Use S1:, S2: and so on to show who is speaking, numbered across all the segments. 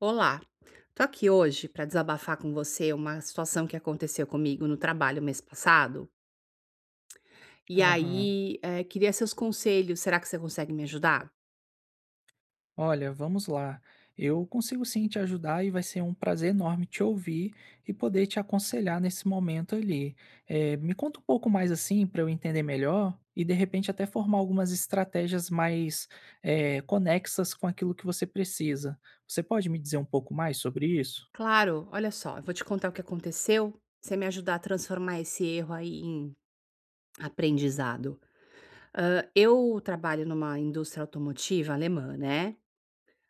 S1: Olá, tô aqui hoje para desabafar com você uma situação que aconteceu comigo no trabalho mês passado. E
S2: Aham.
S1: aí, queria seus conselhos. Será que você consegue me ajudar?
S2: Olha, vamos lá. Eu consigo sim te ajudar e vai ser um prazer enorme te ouvir e poder te aconselhar nesse momento ali. Me conta um pouco mais assim para eu entender melhor e de repente até formar algumas estratégias mais conexas com aquilo que você precisa. Você pode me dizer um pouco mais sobre isso?
S1: Claro, olha só, eu vou te contar o que aconteceu. Você me ajudar a transformar esse erro aí em aprendizado. Ah, eu trabalho numa indústria automotiva alemã, né?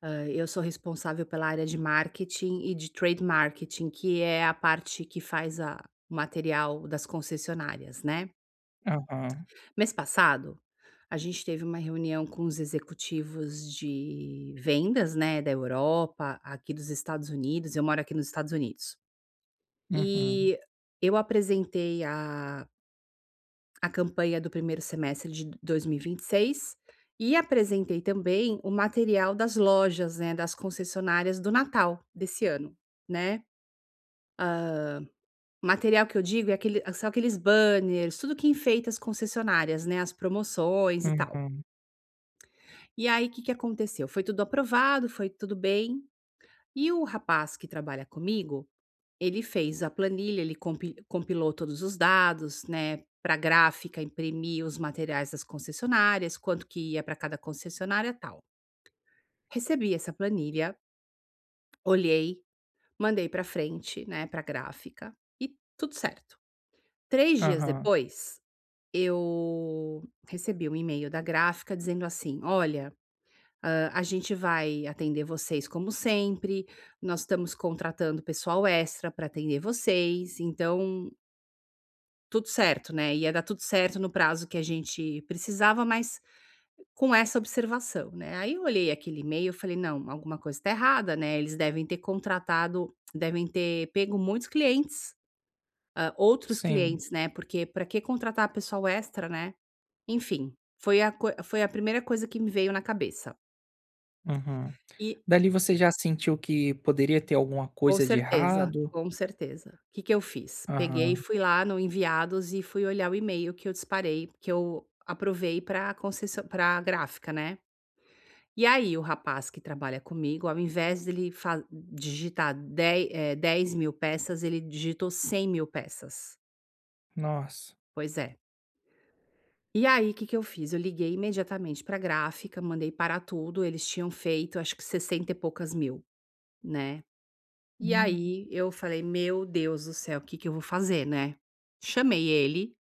S1: Ah, eu sou responsável pela área de marketing e de trade marketing, que é a parte que faz o material das concessionárias, né?
S2: Aham,
S1: Mês passado, a gente teve uma reunião com os executivos de vendas, né, da Europa, aqui dos Estados Unidos. Eu moro aqui nos Estados Unidos.
S2: uhum,
S1: E eu apresentei a campanha do primeiro semestre de dois mil e vinte e seis e apresentei também o material das lojas, né, das concessionárias do Natal desse ano, né? Material que eu digo é aquele, são aqueles banners, tudo que enfeita as concessionárias, né, as promoções e tal.
S2: uhum,
S1: E aí, o que que aconteceu? Foi tudo aprovado, foi tudo bem. E o rapaz que trabalha comigo, ele fez a planilha, ele compilou todos os dados, né, para gráfica imprimir os materiais das concessionárias, quanto que ia para cada concessionária, tal. Recebi essa planilha, olhei, mandei para frente, né, para gráfica e tudo certo. 3 dias
S2: aham,
S1: depois, eu recebi um e-mail da gráfica dizendo assim: "Olha, a gente vai atender vocês como sempre, nós estamos contratando pessoal extra para atender vocês, então tudo certo, né, ia dar tudo certo no prazo que a gente precisava, mas com essa observação, né". Aí eu olhei aquele e-mail, eu falei: "Não, alguma coisa está errada, né, eles devem ter contratado devem ter pego muitos clientes, outros
S2: sim,
S1: clientes, né, porque para que contratar pessoal extra, né?". Enfim, foi a primeira coisa que me veio na cabeça.
S2: uhum.
S1: E
S2: Dali você já sentiu que poderia ter alguma
S1: Com
S2: coisa de
S1: certeza,
S2: errado?
S1: com certeza. O que que eu fiz? Peguei e
S2: Aham,
S1: fui lá no enviados e fui olhar o e-mail que eu disparei, que eu aprovei para gráfica, né. E aí o rapaz que trabalha comigo, ao invés dele fa digitar 10.000 peças, ele digitou 100.000 peças.
S2: nossa.
S1: Pois é. E aí o que que eu fiz? Eu liguei imediatamente para a gráfica, mandei parar tudo, eles tinham feito acho que 60 e poucas mil, né. E
S2: Hum,
S1: aí eu falei: "Meu Deus do céu, o que que eu vou fazer, né?". Chamei ele,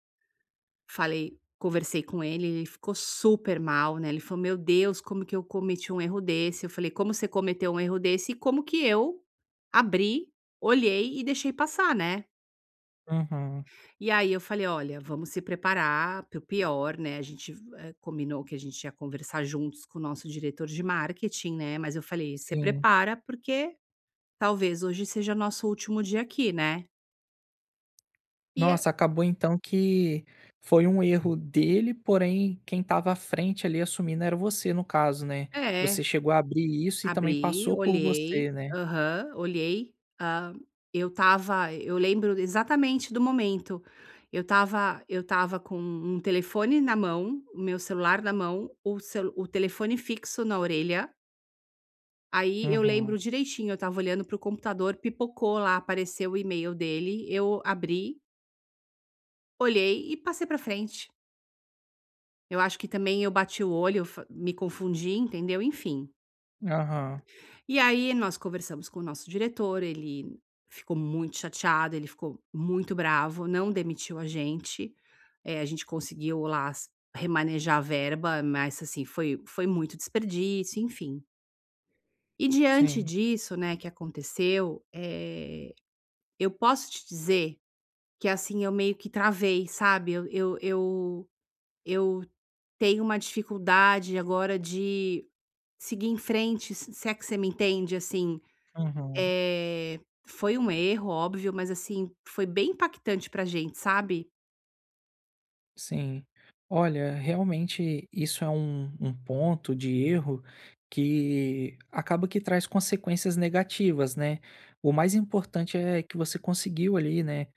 S1: falei conversei com ele, ele ficou super mal, né, ele falou: "Meu Deus, como que eu cometi um erro desse?". Eu falei: "Como você cometeu um erro desse e como que eu abri, olhei e deixei passar, né?".
S2: aham,
S1: E aí eu falei: "Olha, vamos se preparar para o pior, né". A gente, combinou que a gente ia conversar juntos com o nosso diretor de marketing, né, mas eu falei: "Se
S2: sim.
S1: prepara, porque talvez hoje seja nosso último dia aqui, né". E
S2: Nossa, acabou então que foi um erro dele, porém quem estava à frente ali assumindo era você no caso, né. Você
S1: É,
S2: chegou a abrir isso e também
S1: abri,
S2: passou por
S1: olhei.
S2: você, né.
S1: Aham, olhei. Ah, eu lembro exatamente do momento. Eu estava com um telefone na mão, o meu celular na mão, o telefone fixo na orelha. Aí eu lembro
S2: Uhum.
S1: direitinho, eu estava olhando pro computador, pipocou lá, apareceu o e-mail dele, eu abri, olhei e passei pra frente. Eu acho que também eu bati o olho, fa me confundi, entendeu? Enfim.
S2: Aham,
S1: E aí nós conversamos com o nosso diretor, ele ficou muito chateado, ele ficou muito bravo, não demitiu a gente. A gente conseguiu lá remanejar a verba, mas assim, foi muito desperdício, enfim. E diante
S2: sim.
S1: disso, né, que aconteceu, eu posso te dizer que assim, eu meio que travei, sabe? Eu tenho uma dificuldade agora de seguir em frente, se é que você me entende, assim.
S2: Uhum.
S1: Eh, Foi um erro, óbvio, mas assim, foi bem impactante pra gente, sabe?
S2: Sim. Olha, realmente isso é um ponto de erro que acaba que traz consequências negativas, né? O mais importante é que você conseguiu ali, né,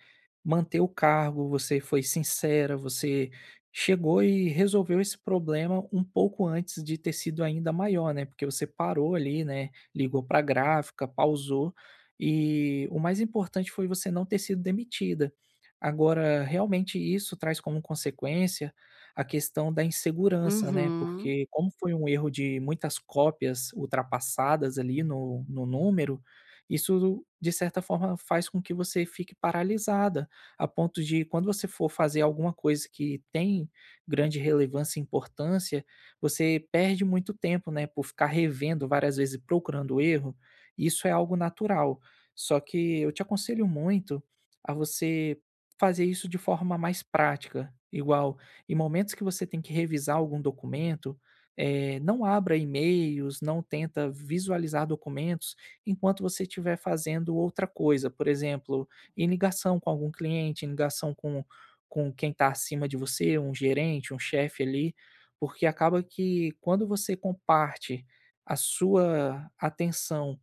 S2: manter o cargo, você foi sincera, você chegou e resolveu esse problema um pouco antes de ter sido ainda maior, né? Porque você parou ali, né, ligou para a gráfica, pausou, e o mais importante foi você não ter sido demitida. Agora, realmente isso traz como consequência a questão da insegurança, né,
S1: Uhum.
S2: porque como foi um erro de muitas cópias ultrapassadas ali no número, isso de certa forma faz com que você fique paralisada, a ponto de quando você for fazer alguma coisa que tem grande relevância e importância, você perde muito tempo, né, por ficar revendo várias vezes e procurando erro, isso é algo natural. Só que eu te aconselho muito a você fazer isso de forma mais prática, igual em momentos que você tem que revisar algum documento, não abra e-mails, não tenta visualizar documentos enquanto você estiver fazendo outra coisa, por exemplo, em ligação com algum cliente, em ligação com quem está acima de você, um gerente, um chefe ali, porque acaba que quando você comparte a sua atenção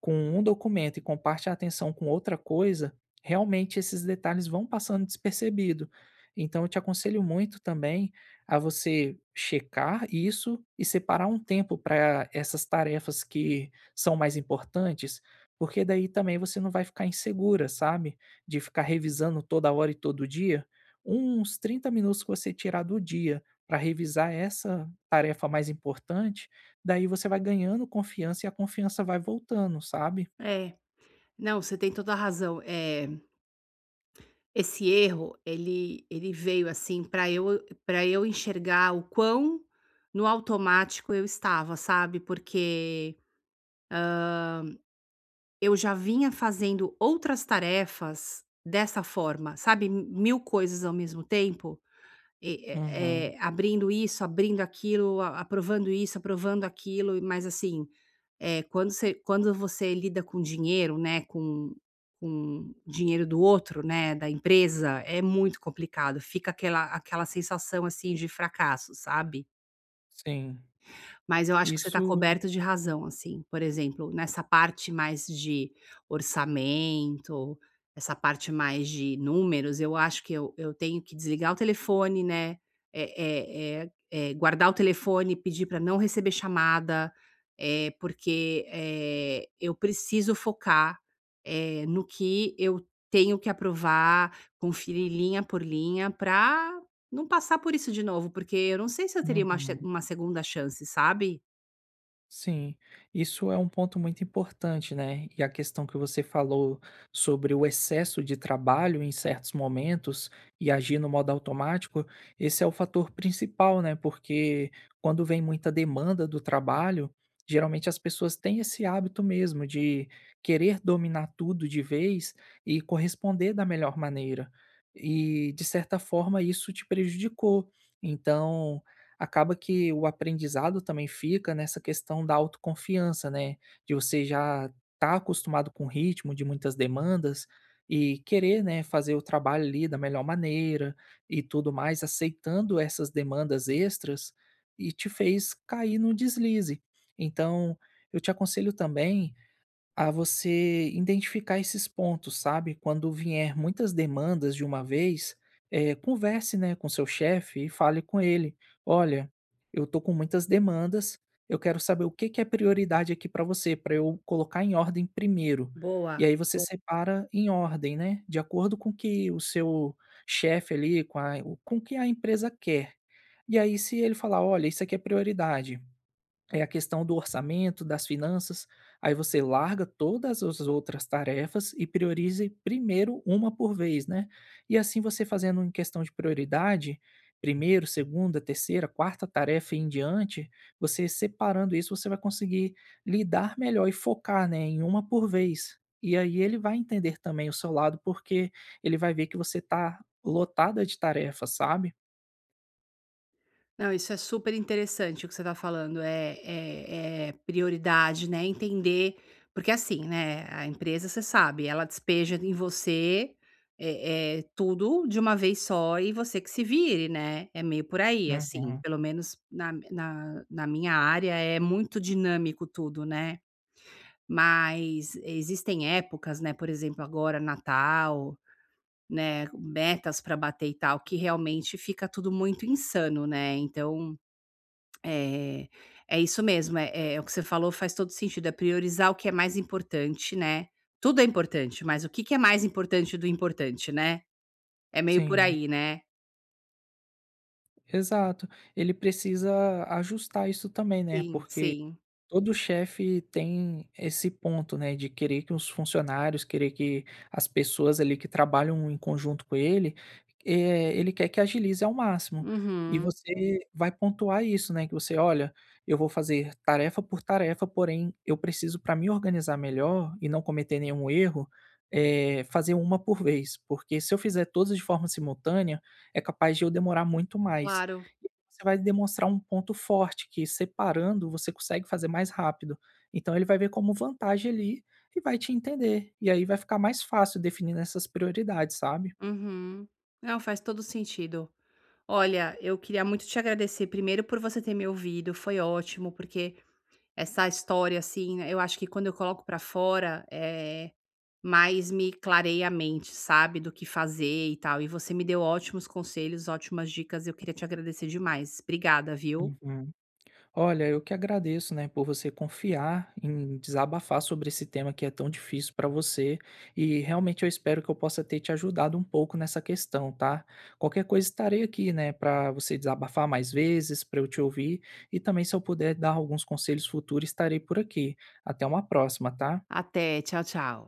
S2: com um documento e comparte a atenção com outra coisa, realmente esses detalhes vão passando despercebido. Então eu te aconselho muito também a você checar isso e separar um tempo para essas tarefas que são mais importantes, porque daí também você não vai ficar insegura, sabe? De ficar revisando toda hora e todo dia. Uns 30 minutos que você tirar do dia para revisar essa tarefa mais importante, daí você vai ganhando confiança e a confiança vai voltando, sabe?
S1: É. Não, você tem toda a razão. Esse erro, ele veio assim pra eu para eu enxergar o quão no automático eu estava, sabe? Porque eu já vinha fazendo outras tarefas dessa forma, sabe? Mil coisas ao mesmo tempo, e
S2: Uhum,
S1: abrindo isso, abrindo aquilo, a aprovando isso, aprovando aquilo, mas assim é, quando você lida com dinheiro, né, com dinheiro do outro, né, da empresa, é muito complicado, fica aquela sensação, assim, de fracasso, sabe?
S2: sim.
S1: Mas eu acho que você está
S2: Isso,
S1: coberto de razão, assim, por exemplo, nessa parte mais de orçamento, essa parte mais de números, eu acho que eu tenho que desligar o telefone, né, guardar o telefone, pedir para não receber chamada, é porque, eu preciso focar, no que eu tenho que aprovar, conferir linha por linha para não passar por isso de novo, porque eu não sei se eu teria
S2: uhum.
S1: uma segunda chance, sabe?
S2: Sim, isso é um ponto muito importante, né? E a questão que você falou sobre o excesso de trabalho em certos momentos e agir no modo automático, esse é o fator principal, né? Porque quando vem muita demanda do trabalho, geralmente as pessoas têm esse hábito mesmo de querer dominar tudo de vez e corresponder da melhor maneira. E, de certa forma, isso te prejudicou. Então, acaba que o aprendizado também fica nessa questão da autoconfiança, né, de você já tá acostumado com o ritmo de muitas demandas e querer, né, fazer o trabalho ali da melhor maneira e tudo mais, aceitando essas demandas extras e te fez cair no deslize. Então, eu te aconselho também a você identificar esses pontos, sabe? Quando vier muitas demandas de uma vez, converse, né, com seu chefe e fale com ele: "Olha, eu tô com muitas demandas, eu quero saber o que que é prioridade aqui para você, para eu colocar em ordem primeiro". E
S1: Boa,
S2: aí você
S1: bo
S2: separa em ordem, né, de acordo com o que o seu chefe ali, com o que a empresa quer. E aí se ele falar: "Olha, isso aqui é prioridade", é a questão do orçamento, das finanças. Aí você larga todas as outras tarefas e priorize primeiro uma por vez, né? E assim você fazendo em questão de prioridade, primeiro, segunda, terceira, quarta tarefa e em diante, você separando isso, você vai conseguir lidar melhor e focar, né, em uma por vez. E aí ele vai entender também o seu lado, porque ele vai ver que você tá lotada de tarefas, sabe?
S1: não, isso é super interessante o que você está falando, é prioridade, né, entender. Porque assim, né, a empresa você sabe, ela despeja em você, tudo de uma vez só e você que se vire, né, é meio por aí, assim,
S2: Uhum.
S1: pelo menos na minha área é muito dinâmico tudo, né. Mas existem épocas, né, por exemplo, agora Natal, né, metas para bater e tal, que realmente fica tudo muito insano, né. Então, é é isso mesmo, é o que você falou faz todo sentido, é priorizar o que é mais importante, né. Tudo é importante, mas o que que é mais importante do importante, né. É meio por
S2: Sim.
S1: aí, né.
S2: Exato. Ele precisa ajustar isso também, né,
S1: Sim,
S2: porque
S1: sim.
S2: todo chefe tem esse ponto, né, de querer que os funcionários, querer que as pessoas ali que trabalham em conjunto com ele, ele quer que agilize ao máximo. E
S1: Uhum.
S2: você vai pontuar isso, né, que você: "Olha, eu vou fazer tarefa por tarefa, porém eu preciso para me organizar melhor e não cometer nenhum erro, fazer uma por vez, porque se eu fizer todas de forma simultânea, é capaz de eu demorar muito mais".
S1: Claro.
S2: Você vai demonstrar um ponto forte que separando você consegue fazer mais rápido. Então ele vai ver como vantagem ali e vai te entender. E aí vai ficar mais fácil definir essas prioridades, sabe?
S1: Uhum. Não, faz todo sentido. Olha, eu queria muito te agradecer primeiro por você ter me ouvido, foi ótimo, porque essa história, assim, né, eu acho que quando eu coloco pra fora, mais me clareia a mente, sabe, do que fazer e tal. E você me deu ótimos conselhos, ótimas dicas, eu queria te agradecer demais. Obrigada, viu?
S2: Uhum. Olha, eu que agradeço, né, por você confiar em desabafar sobre esse tema que é tão difícil para você. E realmente eu espero que eu possa ter te ajudado um pouco nessa questão, tá? Qualquer coisa estarei aqui, né, para você desabafar mais vezes, para eu te ouvir. E também, se eu puder dar alguns conselhos futuros, estarei por aqui. Até uma próxima, tá?
S1: Até, tchau, tchau.